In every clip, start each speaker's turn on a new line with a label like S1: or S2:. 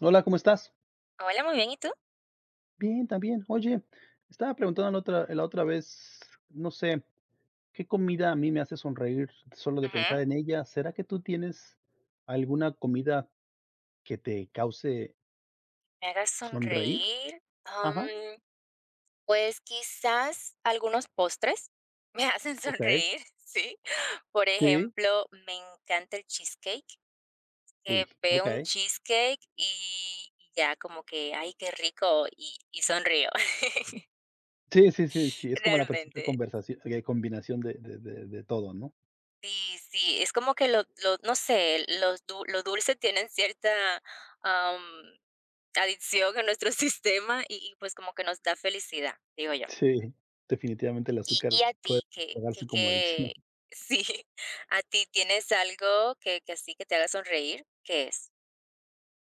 S1: Hola, ¿cómo estás?
S2: Hola, muy bien, ¿y tú?
S1: Bien, también. Oye, estaba preguntando la otra vez, no sé, ¿qué comida a mí me hace sonreír solo de pensar
S2: Ujú,
S1: en ella? ¿Será que tú tienes alguna comida que te cause
S2: me hagas
S1: sonreír?
S2: sonreír. Am,
S1: Ajá,
S2: pues, quizás algunos postres me hacen
S1: ok,
S2: sonreír, sí. Por
S1: sí,
S2: ejemplo, me encanta el cheesecake, que
S1: uy,
S2: veo un
S1: ok.
S2: cheesecake y ya como que, ay, qué rico, y sonrío,
S1: Sí, sí, sí, sí, es como la perfecta
S2: realmente.
S1: conversación, combinación de todo, ¿no?
S2: Sí, sí, es como que lo no sé, los dulces tienen cierta, am, adicción en nuestro sistema y, pues, como que nos da felicidad, digo yo.
S1: Sí, definitivamente el
S2: Y
S1: azúcar
S2: a ti,
S1: puede
S2: que que
S1: pagarse como adicción.
S2: que sí, ¿a ti tienes algo que sí, que te haga sonreír? ¿Qué es?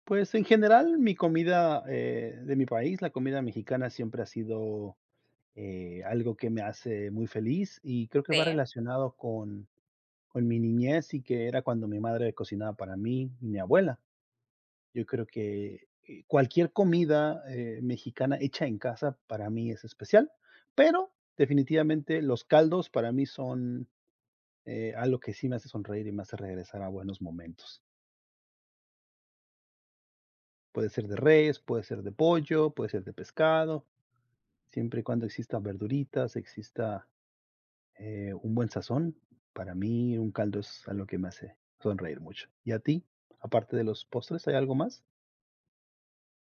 S1: Pues en general, mi comida de mi país, la comida mexicana siempre ha sido algo que me hace muy feliz y creo que va
S2: Sí.
S1: relacionado con mi niñez y que era cuando mi madre cocinaba para mí y mi abuela. Yo creo que cualquier comida mexicana hecha en casa para mí es especial, pero definitivamente los caldos para mí son algo que sí me hace sonreír y me hace regresar a buenos momentos. Puede ser de res, puede ser de pollo, puede ser de pescado, siempre y cuando exista verduritas, exista un buen sazón, para mí un caldo es algo que me hace sonreír mucho. ¿Y a ti? Aparte de los postres, ¿hay algo más?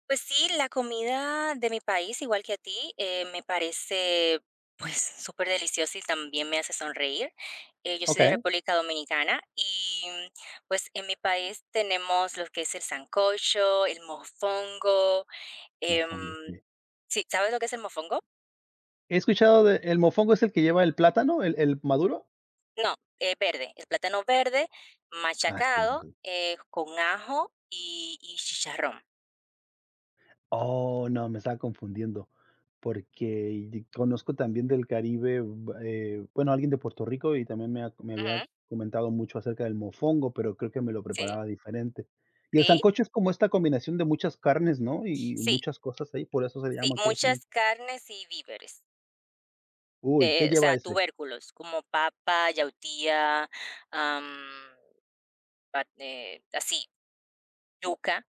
S2: Pues sí, la comida de mi país, igual que a ti, me parece, pues, superdeliciosa y también me hace sonreír. Yo soy de
S1: Okey,
S2: República Dominicana y, pues, en mi país tenemos lo que es el sancocho, el mofongo, em,
S1: mofongo, sí.
S2: sí, ¿sabes lo que es el mofongo?
S1: He escuchado de, ¿el mofongo es el que lleva el plátano, el maduro?
S2: No, es verde, es plátano verde
S1: Ah, sí, el
S2: machacado,
S1: verde.
S2: con ajo y chicharrón.
S1: Oh, no, me estaba confundiendo, porque y conozco también del Caribe, b bueno, alguien de Puerto Rico y también me había
S2: Ujú,
S1: comentado mucho acerca del mofongo, pero creo que me lo
S2: sí,
S1: preparaba diferente. Y el
S2: sí,
S1: sancocho es como esta combinación de muchas carnes, ¿no? Y
S2: sí,
S1: muchas cosas ahí, por eso se
S2: sí,
S1: llama que es un
S2: muchas carnes y víveres,
S1: uy, ¿qué
S2: o
S1: lleva
S2: sea,
S1: ese?
S2: tubérculos, como papa, yautía, am, pat así, yuca,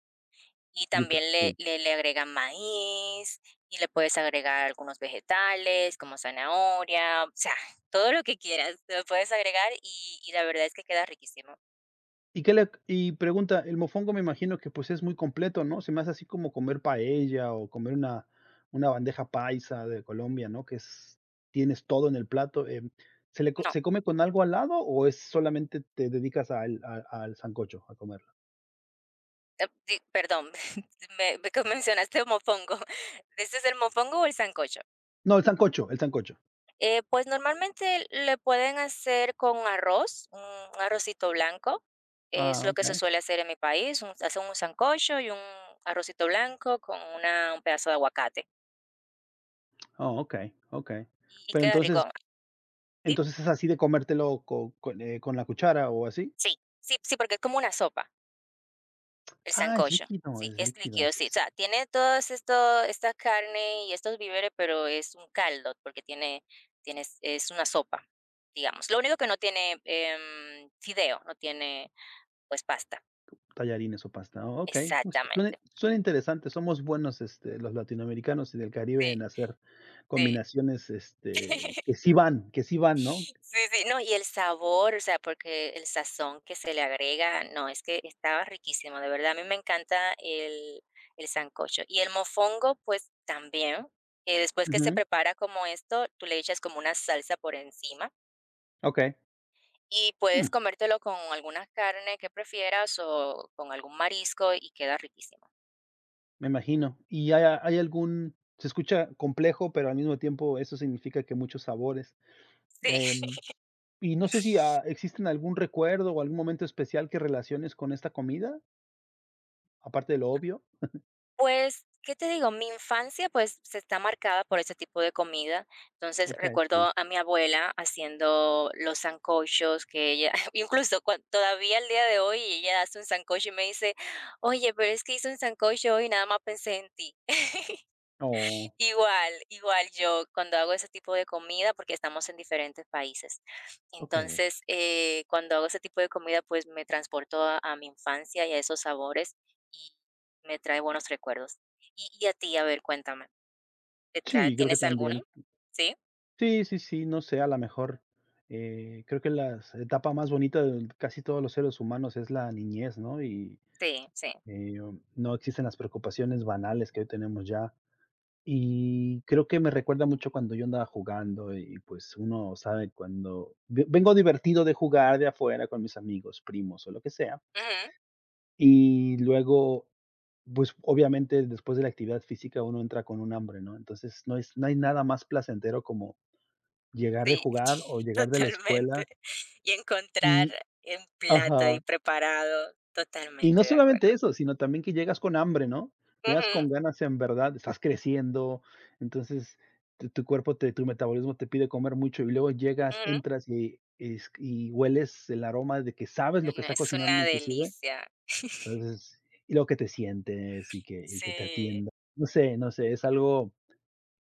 S2: y
S1: Yuca,
S2: también le
S1: sí.
S2: le le agregan maíz, y le puedes agregar algunos vegetales, como zanahoria, o sea, todo lo que quieras, lo puedes agregar, y la verdad es que queda riquísimo.
S1: Y qué le y pregunta, el mofongo me imagino que, pues, es muy completo, ¿no? Se me hace así como comer paella o comer una bandeja paisa de Colombia, ¿no? Que es tienes todo en el plato, ¿se le co
S2: No.
S1: se come con algo al lado o es solamente te dedicas al sancocho, a comerlo?
S2: Di perdón, me que mencionaste mofongo, ¿este es el mofongo o el sancocho?
S1: No, el sancocho, el sancocho.
S2: Pues, normalmente le pueden hacer con arroz, un arrocito blanco, es
S1: Ah,
S2: lo que se
S1: okey.
S2: suele hacer en mi país, un hacen un sancocho y un arrocito blanco con una un pedazo de aguacate,
S1: Oh, okey, okey.
S2: y
S1: Pero
S2: queda
S1: entonces
S2: rico. ¿Sí?
S1: entonces, ¿es así de comértelo con la cuchara o así?
S2: Sí, sí, sí, porque es como una sopa. El
S1: Ah,
S2: sancocho, sí,
S1: es
S2: es
S1: líquido,
S2: líquido,
S1: sí.
S2: sí. O sea, tiene todos esto esta carne y estos víveres, pero es un caldo, porque tiene tienes es una sopa, digamos. Lo único que no tiene, fideo, no tiene, pues, pasta.
S1: Tallarines o pasta, oh, okey, pues, suena
S2: Exactamente.
S1: suena interesante, somos buenos, este, los latinoamericanos y del
S2: Sí,
S1: Caribe en hacer
S2: sí.
S1: combinaciones, este, que sí van, ¿no?
S2: Sí, sí, no, y el sabor, o sea, porque el sazón que se le agrega, no, es que estaba riquísimo, de verdad, a mí me encanta el sancocho. Y el mofongo, pues también, después que se
S1: Ujú,
S2: prepara como esto, tú le echas como una salsa por encima
S1: okey,
S2: y
S1: mm,
S2: puedes comértelo con alguna carne que prefieras o con algún marisco y queda riquísimo.
S1: me imagino. ¿Y hay algún se escucha complejo, pero al mismo tiempo eso significa que muchos sabores,
S2: Sí.
S1: em, y no sé si, existen algún recuerdo o algún momento especial que relaciones con esta comida, aparte de lo obvio?
S2: Pues, ¿qué te digo? Mi infancia, pues, se está marcada por ese tipo de comida. Entonces,
S1: Okey, sí.
S2: recuerdo a mi abuela haciendo los sancochos que ella, incluso todavía el día de hoy, ella hace un sancocho y me dice, oye, pero es que hice un sancocho hoy y nada más pensé en ti.
S1: Oh,
S2: Igual, igual yo cuando hago ese tipo de comida, porque estamos en diferentes países.
S1: okey.
S2: Entonces, cuando hago ese tipo de comida, pues me transporto a mi infancia y a esos sabores y me trae buenos recuerdos. Y a ti, a ver, cuéntame,
S1: Sí, creo que
S2: ¿tienes alguna?
S1: también.
S2: Sí,
S1: Sí, sí, sí, no sé, a la mejor, creo que la etapa más bonita de casi todos los seres humanos es la niñez, ¿no? Y,
S2: sí, sí.
S1: eh, no existen las preocupaciones banales que hoy tenemos ya. Y creo que me recuerda mucho cuando yo andaba jugando y, pues, uno sabe cuando ve vengo divertido de jugar de afuera con mis amigos, primos o lo que sea,
S2: Ujú,
S1: y luego, pues, obviamente, después de la actividad física uno entra con un hambre, ¿no? Entonces, no hay nada más placentero como llegar de
S2: sí,
S1: jugar o llegar de la
S2: totalmente.
S1: escuela
S2: Y encontrar
S1: y
S2: un plato
S1: ajá,
S2: y preparado,
S1: y
S2: totalmente
S1: no
S2: de acuerdo.
S1: solamente eso, sino también que llegas con hambre, ¿no? Llegas
S2: Ujú,
S1: con ganas en verdad, estás creciendo, entonces tu cuerpo te tu metabolismo te pide comer mucho y luego llegas,
S2: ujú.
S1: entras y hueles el aroma de que sabes lo que
S2: No,
S1: está
S2: es
S1: cocinando
S2: una
S1: inclusive,
S2: delicia.
S1: entonces y luego que te sientes y que te
S2: Sí.
S1: atiendan. No sé, no sé, es algo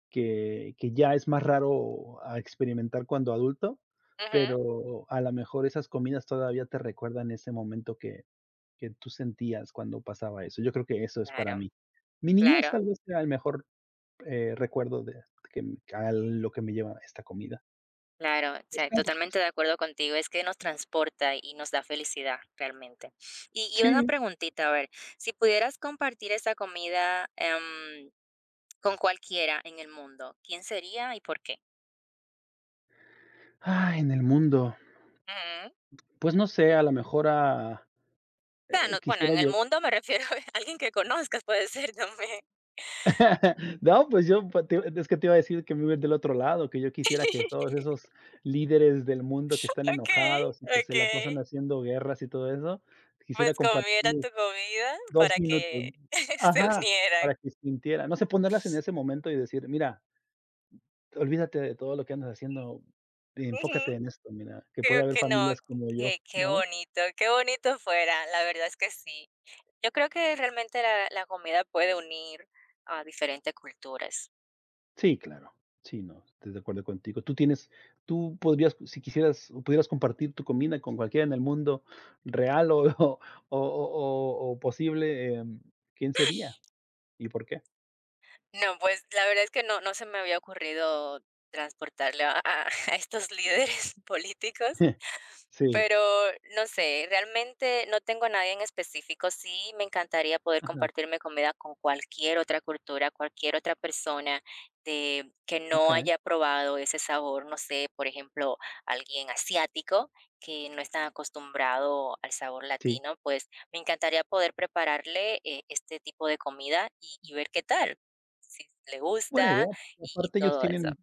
S1: que ya es más raro a experimentar cuando adulto,
S2: Ujú,
S1: pero a lo mejor esas comidas todavía te recuerdan ese momento que tú sentías cuando pasaba eso. Yo creo que eso es para
S2: claro,
S1: mí. Mi niñez
S2: claro,
S1: tal vez sea el mejor, recuerdo de a lo que me lleva esta comida.
S2: claro, o
S1: Los
S2: sea,
S1: campos.
S2: totalmente de acuerdo contigo, es que nos transporta y nos da felicidad realmente. Y una
S1: Sí.
S2: preguntita, a ver, si pudieras compartir esa comida con cualquiera en el mundo, ¿quién sería y por qué?
S1: En el mundo.
S2: Ujú.
S1: Pues no sé, a lo mejor a
S2: O sea, bueno,
S1: quisiera
S2: en el mundo me refiero a alguien que conozcas, puede ser también.
S1: No, pues yo es que te iba a decir que me viven del otro lado, que yo quisiera que todos esos líderes del mundo que están
S2: Okay,
S1: enojados y que se la pasan
S2: okay.
S1: haciendo guerras y todo eso, quisiera
S2: Pues comieran
S1: compartirles
S2: tu comida
S1: 2
S2: para
S1: minutos.
S2: que se
S1: Ajá, para
S2: unieran.
S1: que sintieran. No sé, ponerlas en ese momento y decir: "Mira, olvídate de todo lo que andas haciendo, enfócate en esto, mira, que
S2: Creo
S1: puede haber
S2: que no,
S1: familias como yo",
S2: qué
S1: ¿no?
S2: bonito, qué bonito fuera, la verdad es que sí. Yo creo que realmente la comida puede unir a diferentes culturas.
S1: Sí, claro. Sí, no, estoy de acuerdo contigo. Tú podrías, si quisieras o pudieras compartir tu comida con cualquiera en el mundo real o o posible, ¿quién sería y por qué?
S2: No, pues, la verdad es que no se me había ocurrido transportarlo a a estos líderes políticos,
S1: Sí.
S2: pero no sé, realmente no tengo a nadie en específico. Sí, me encantaría poder
S1: Ajá,
S2: compartirme comida con cualquier otra cultura, cualquier otra persona de que no
S1: okey.
S2: haya probado ese sabor. No sé, por ejemplo, alguien asiático que no está acostumbrado al sabor
S1: Sí,
S2: latino, pues me encantaría poder prepararle este tipo de comida y ver qué tal, si le gusta
S1: buena idea.
S2: y
S1: Aparte ellos
S2: todo eso.
S1: tienen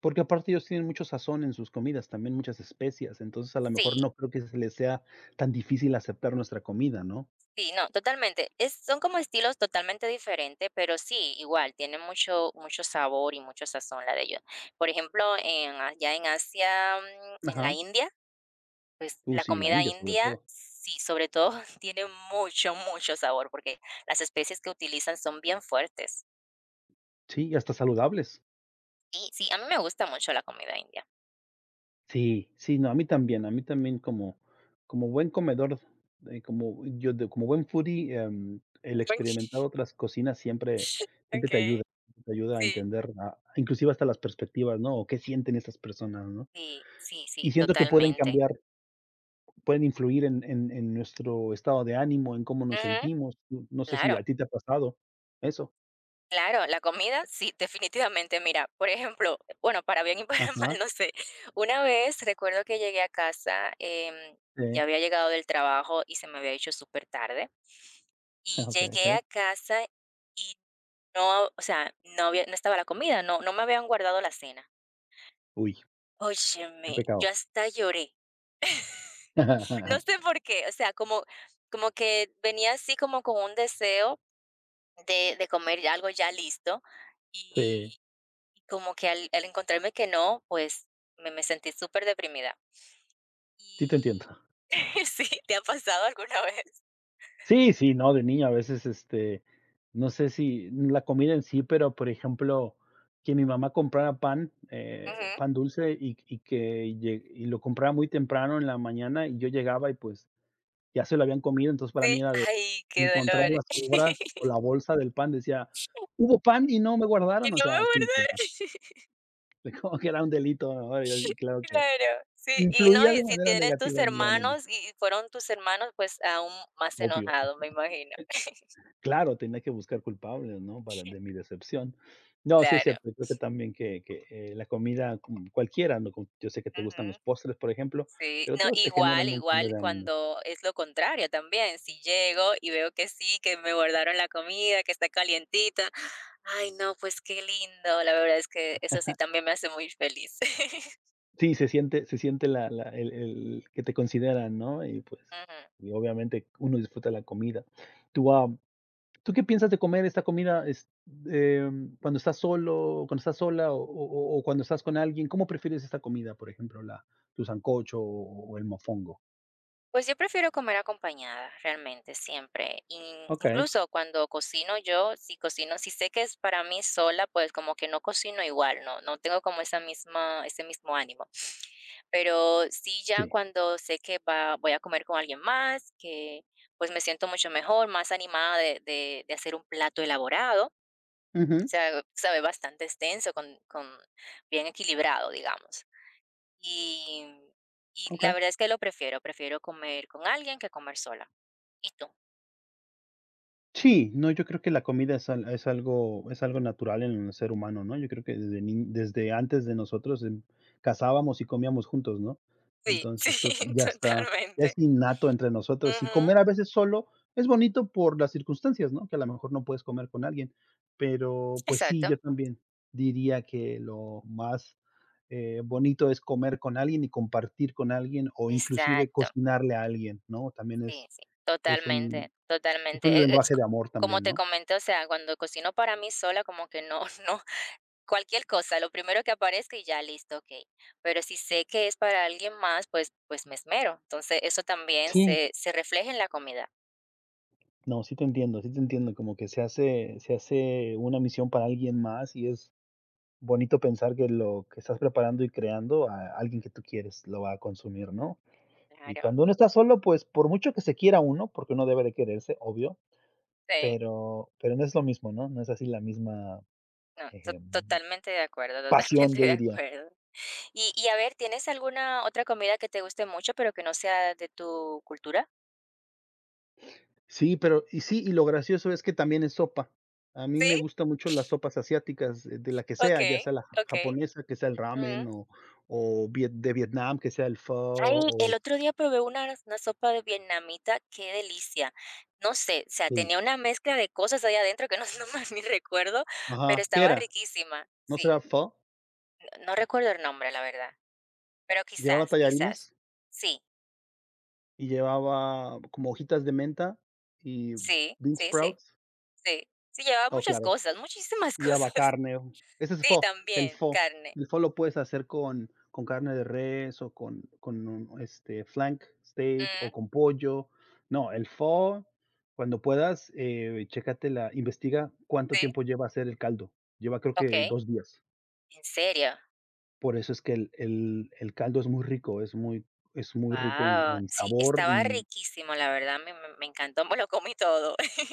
S1: porque aparte ellos tienen mucho sazón en sus comidas, también muchas especias, entonces a lo mejor
S2: Sí.
S1: no creo que se les sea tan difícil aceptar nuestra comida, ¿no?
S2: Sí, no, totalmente. Son como estilos totalmente diferentes, pero sí, igual, tienen mucho, mucho sabor y mucho sazón la de ellos. Por ejemplo, allá en Asia, en la
S1: Ajá.
S2: India, pues
S1: Uh,
S2: la
S1: sí, la
S2: comida
S1: India sobre
S2: india,
S1: todo.
S2: sí, sobre todo, tiene mucho, mucho sabor, porque las especies que utilizan son bien fuertes.
S1: Sí, y hasta saludables.
S2: Y sí, a mí me gusta mucho la comida india.
S1: Sí, sí, no, a mí también como buen comedor, como yo de como buen foodie, el experimentar otras cocinas siempre
S2: Ok,
S1: te ayuda a
S2: sí.
S1: entender, a inclusive hasta las perspectivas, ¿no? O qué sienten estas personas, ¿no?
S2: Sí, sí,
S1: Y
S2: sí,
S1: siento que pueden
S2: totalmente.
S1: cambiar, pueden influir en nuestro estado de ánimo, en cómo nos
S2: Ujú,
S1: sentimos. No sé si
S2: claro.
S1: a ti te ha pasado eso.
S2: Claro, la comida, sí, definitivamente. Mira, por ejemplo, bueno, para bien y para mal,
S1: Ajá,
S2: no sé. Una vez recuerdo que llegué a casa, ya
S1: sí.
S2: había llegado del trabajo y se me había hecho súper tarde. Y
S1: Okey,
S2: llegué
S1: okey.
S2: a casa y no, o sea, no había, no estaba la comida, no, no me habían guardado la cena.
S1: Uy,
S2: Óyeme,
S1: qué
S2: yo
S1: pecado.
S2: hasta lloré. No sé por qué, o sea, como que venía así como con un deseo de comer ya algo ya listo.
S1: Sí,
S2: Y como que al encontrarme que no, pues, me sentí superdeprimida.
S1: sí te entiendo.
S2: Y sí, ¿te ha pasado alguna vez?
S1: Sí, sí, no, de niño a veces, este, no sé si la comida en sí, pero, por ejemplo, que mi mamá comprara pan,
S2: Ujú,
S1: pan dulce y que lle y lo comprara muy temprano en la mañana y yo llegaba y, pues, ya se lo habían comido, entonces para
S2: sí.
S1: mí era de
S2: Ay, qué
S1: encontrar
S2: dolor.
S1: las sobras o la bolsa del pan, decía: "¿Hubo pan y no me
S2: Que
S1: guardaron?". O
S2: no me
S1: sea, sí,
S2: acuerdo.
S1: claro, como que era un delito, ¿no? Y claro que
S2: Claro, sí, y no,
S1: influía
S2: y
S1: de
S2: si
S1: manera
S2: tienes tus
S1: negativa en mi ánimo,
S2: hermanos y fueron tus hermanos, pues, aún más
S1: obvio.
S2: enojado, me imagino.
S1: Claro, tenía que buscar culpables, ¿no? Para de mi decepción. No, sí es
S2: Claro,
S1: cierto, creo que también la comida, cualquiera, ¿no? Con yo sé que te gustan
S2: ujú.
S1: los postres, por ejemplo,
S2: Sí,
S1: pero
S2: no,
S1: todos te
S2: igual,
S1: generan un cambio
S2: igual
S1: de ánimo.
S2: cuando es lo contrario también, si llego y veo que sí, que me guardaron la comida, que está calientita, ay no, pues qué lindo, la verdad es que eso sí también me hace muy feliz.
S1: Sí, se siente la el que te consideran, ¿no? Y pues,
S2: Ujú.
S1: y obviamente uno disfruta la comida. Tú, am, ¿tú qué piensas de comer esta comida, cuando estás solo, cuando estás sola o cuando estás con alguien? ¿Cómo prefieres esta comida? Por ejemplo, la tu sancocho o el mofongo.
S2: Pues yo prefiero comer acompañada, realmente, siempre.
S1: Okey,
S2: Incluso cuando cocino yo, si cocino, si sé que es para mí sola, pues como que no cocino igual, no tengo como esa misma, ese mismo ánimo. Pero sí ya
S1: sí.
S2: cuando sé que voy a comer con alguien más, que pues me siento mucho mejor, más animada de hacer un plato elaborado. O
S1: Ujú,
S2: sea, sabe, bastante extenso, con bien equilibrado, digamos. Y y la
S1: okey.
S2: verdad es que prefiero comer con alguien que comer sola. ¿Y tú?
S1: Sí, no, yo creo que la comida es algo natural en el ser humano, ¿no? Yo creo que desde ni desde antes de nosotros, cazábamos y comíamos juntos, ¿no?
S2: Sí, sí,
S1: Entonces, creo que ya está, ya es
S2: totalmente.
S1: innato entre nosotros, y
S2: Ujú.
S1: comer a veces solo es bonito por las circunstancias, ¿no? Que a lo mejor no puedes comer con alguien, pero, pues sí,
S2: Exacto,
S1: yo también diría que lo más, bonito es comer con alguien y compartir con alguien, o inclusive
S2: exacto.
S1: cocinarle a alguien, ¿no? También
S2: Sí, sí,
S1: es
S2: totalmente,
S1: un Es
S2: totalmente.
S1: un
S2: C
S1: lenguaje de amor
S2: como
S1: también,
S2: te
S1: ¿no?
S2: comenté, o sea, cuando cocino para mí sola, como que no no, cualquier cosa, lo primero que aparezca y ya, listo, okey. Pero si sé que es para alguien más, pues me esmero. Entonces, eso también
S1: Sí,
S2: se refleja en la comida.
S1: no, sí te entiendo, como que se hace una misión para alguien más y es bonito pensar que lo que estás preparando y creando a alguien que tú quieres lo va a consumir, ¿no? Y
S2: Claro,
S1: cuando uno está solo, pues, por mucho que se quiera uno, porque uno debe de quererse, obvio,
S2: sí.
S1: pero no es lo mismo, ¿no? No es así la misma,
S2: No, to
S1: eh,
S2: totalmente de acuerdo,
S1: pasión,
S2: totalmente
S1: yo
S2: de
S1: diría.
S2: acuerdo. Y a ver, ¿tienes alguna otra comida que te guste mucho, pero que no sea de tu cultura?
S1: Sí, y sí, y lo gracioso es que también es sopa. A mí me
S2: Sí,
S1: gustan mucho las sopas asiáticas, de la que sea, ya
S2: okey,
S1: sea la ja
S2: okey.
S1: japonesa, que sea el ramen,
S2: Mm.
S1: o viet de Vietnam, que sea el pho,
S2: Ay,
S1: o
S2: el otro día probé una sopa de vietnamita, qué delicia. No sé, o sea,
S1: este
S2: tenía una mezcla de cosas ahí adentro que no no más ni recuerdo, pero
S1: ajá, ¿qué
S2: estaba
S1: era?
S2: riquísima.
S1: ¿No
S2: Sí,
S1: será pho?
S2: no recuerdo el nombre, la verdad, pero
S1: Llevaba
S2: quizás, quizás.
S1: tallarines
S2: Sí,
S1: y llevaba como hojitas de menta y
S2: sí,
S1: bean
S2: sí, sí,
S1: sprouts.
S2: sí. Sí, llevaba
S1: Oh,
S2: muchas
S1: claro.
S2: cosas, muchísimas
S1: Lleva
S2: cosas.
S1: carne. Ese es
S2: Sí,
S1: pho, el
S2: también,
S1: pho.
S2: carne.
S1: El pho lo puedes hacer con carne de res o con un, este, flank steak
S2: Mm,
S1: o con pollo. No, el pho, cuando puedas, chécate la investiga cuánto
S2: sí.
S1: tiempo lleva hacer el caldo. Lleva, creo que
S2: Okey.
S1: 2 días.
S2: ¿En serio?
S1: Por eso es que el caldo es muy rico, es muy rico en
S2: Wow.
S1: en
S2: Sí,
S1: sabor
S2: estaba
S1: y
S2: riquísimo, la verdad, me encantó, me lo comí todo.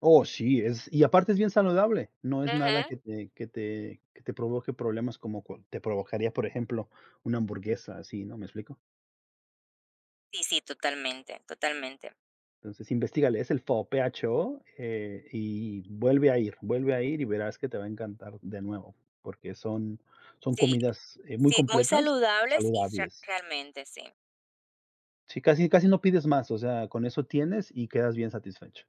S1: oh, sí, es y aparte es bien saludable, no es nada
S2: Ujú.
S1: que te provoque problemas como cual te provocaría, por ejemplo, una hamburguesa así, ¿no?, ¿me explico?
S2: Sí, sí, totalmente, totalmente.
S1: Entonces, investígale, es el FOPHO, y vuelve a ir y verás que te va a encantar de nuevo, porque son
S2: Sí,
S1: comidas, muy
S2: sí, muy
S1: completas y
S2: saludables y re
S1: saludables.
S2: realmente sí,
S1: Sí, casi casi no pides más, o sea, con eso tienes y quedas bien satisfecho.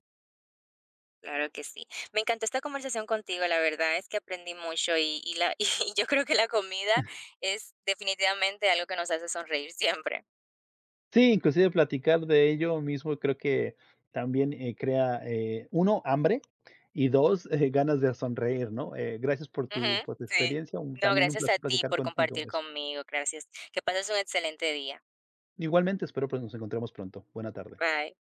S2: claro que sí. Me encantó esta conversación contigo, la verdad es que aprendí mucho y la y yo creo que la comida es definitivamente algo que nos hace sonreír siempre.
S1: Sí, inclusive platicar de ello mismo creo que también, crea, 1, hambre y 2 ganas de sonreír, ¿no? Gracias por tu
S2: Ujú, sí.
S1: experiencia, un
S2: No,
S1: también un
S2: gracias a
S1: placer
S2: ti
S1: platicar
S2: por
S1: contigo
S2: compartir
S1: eso.
S2: conmigo, gracias. Que pases un excelente día.
S1: Igualmente, espero, pues, nos encontremos pronto. Buena tarde.
S2: Bye.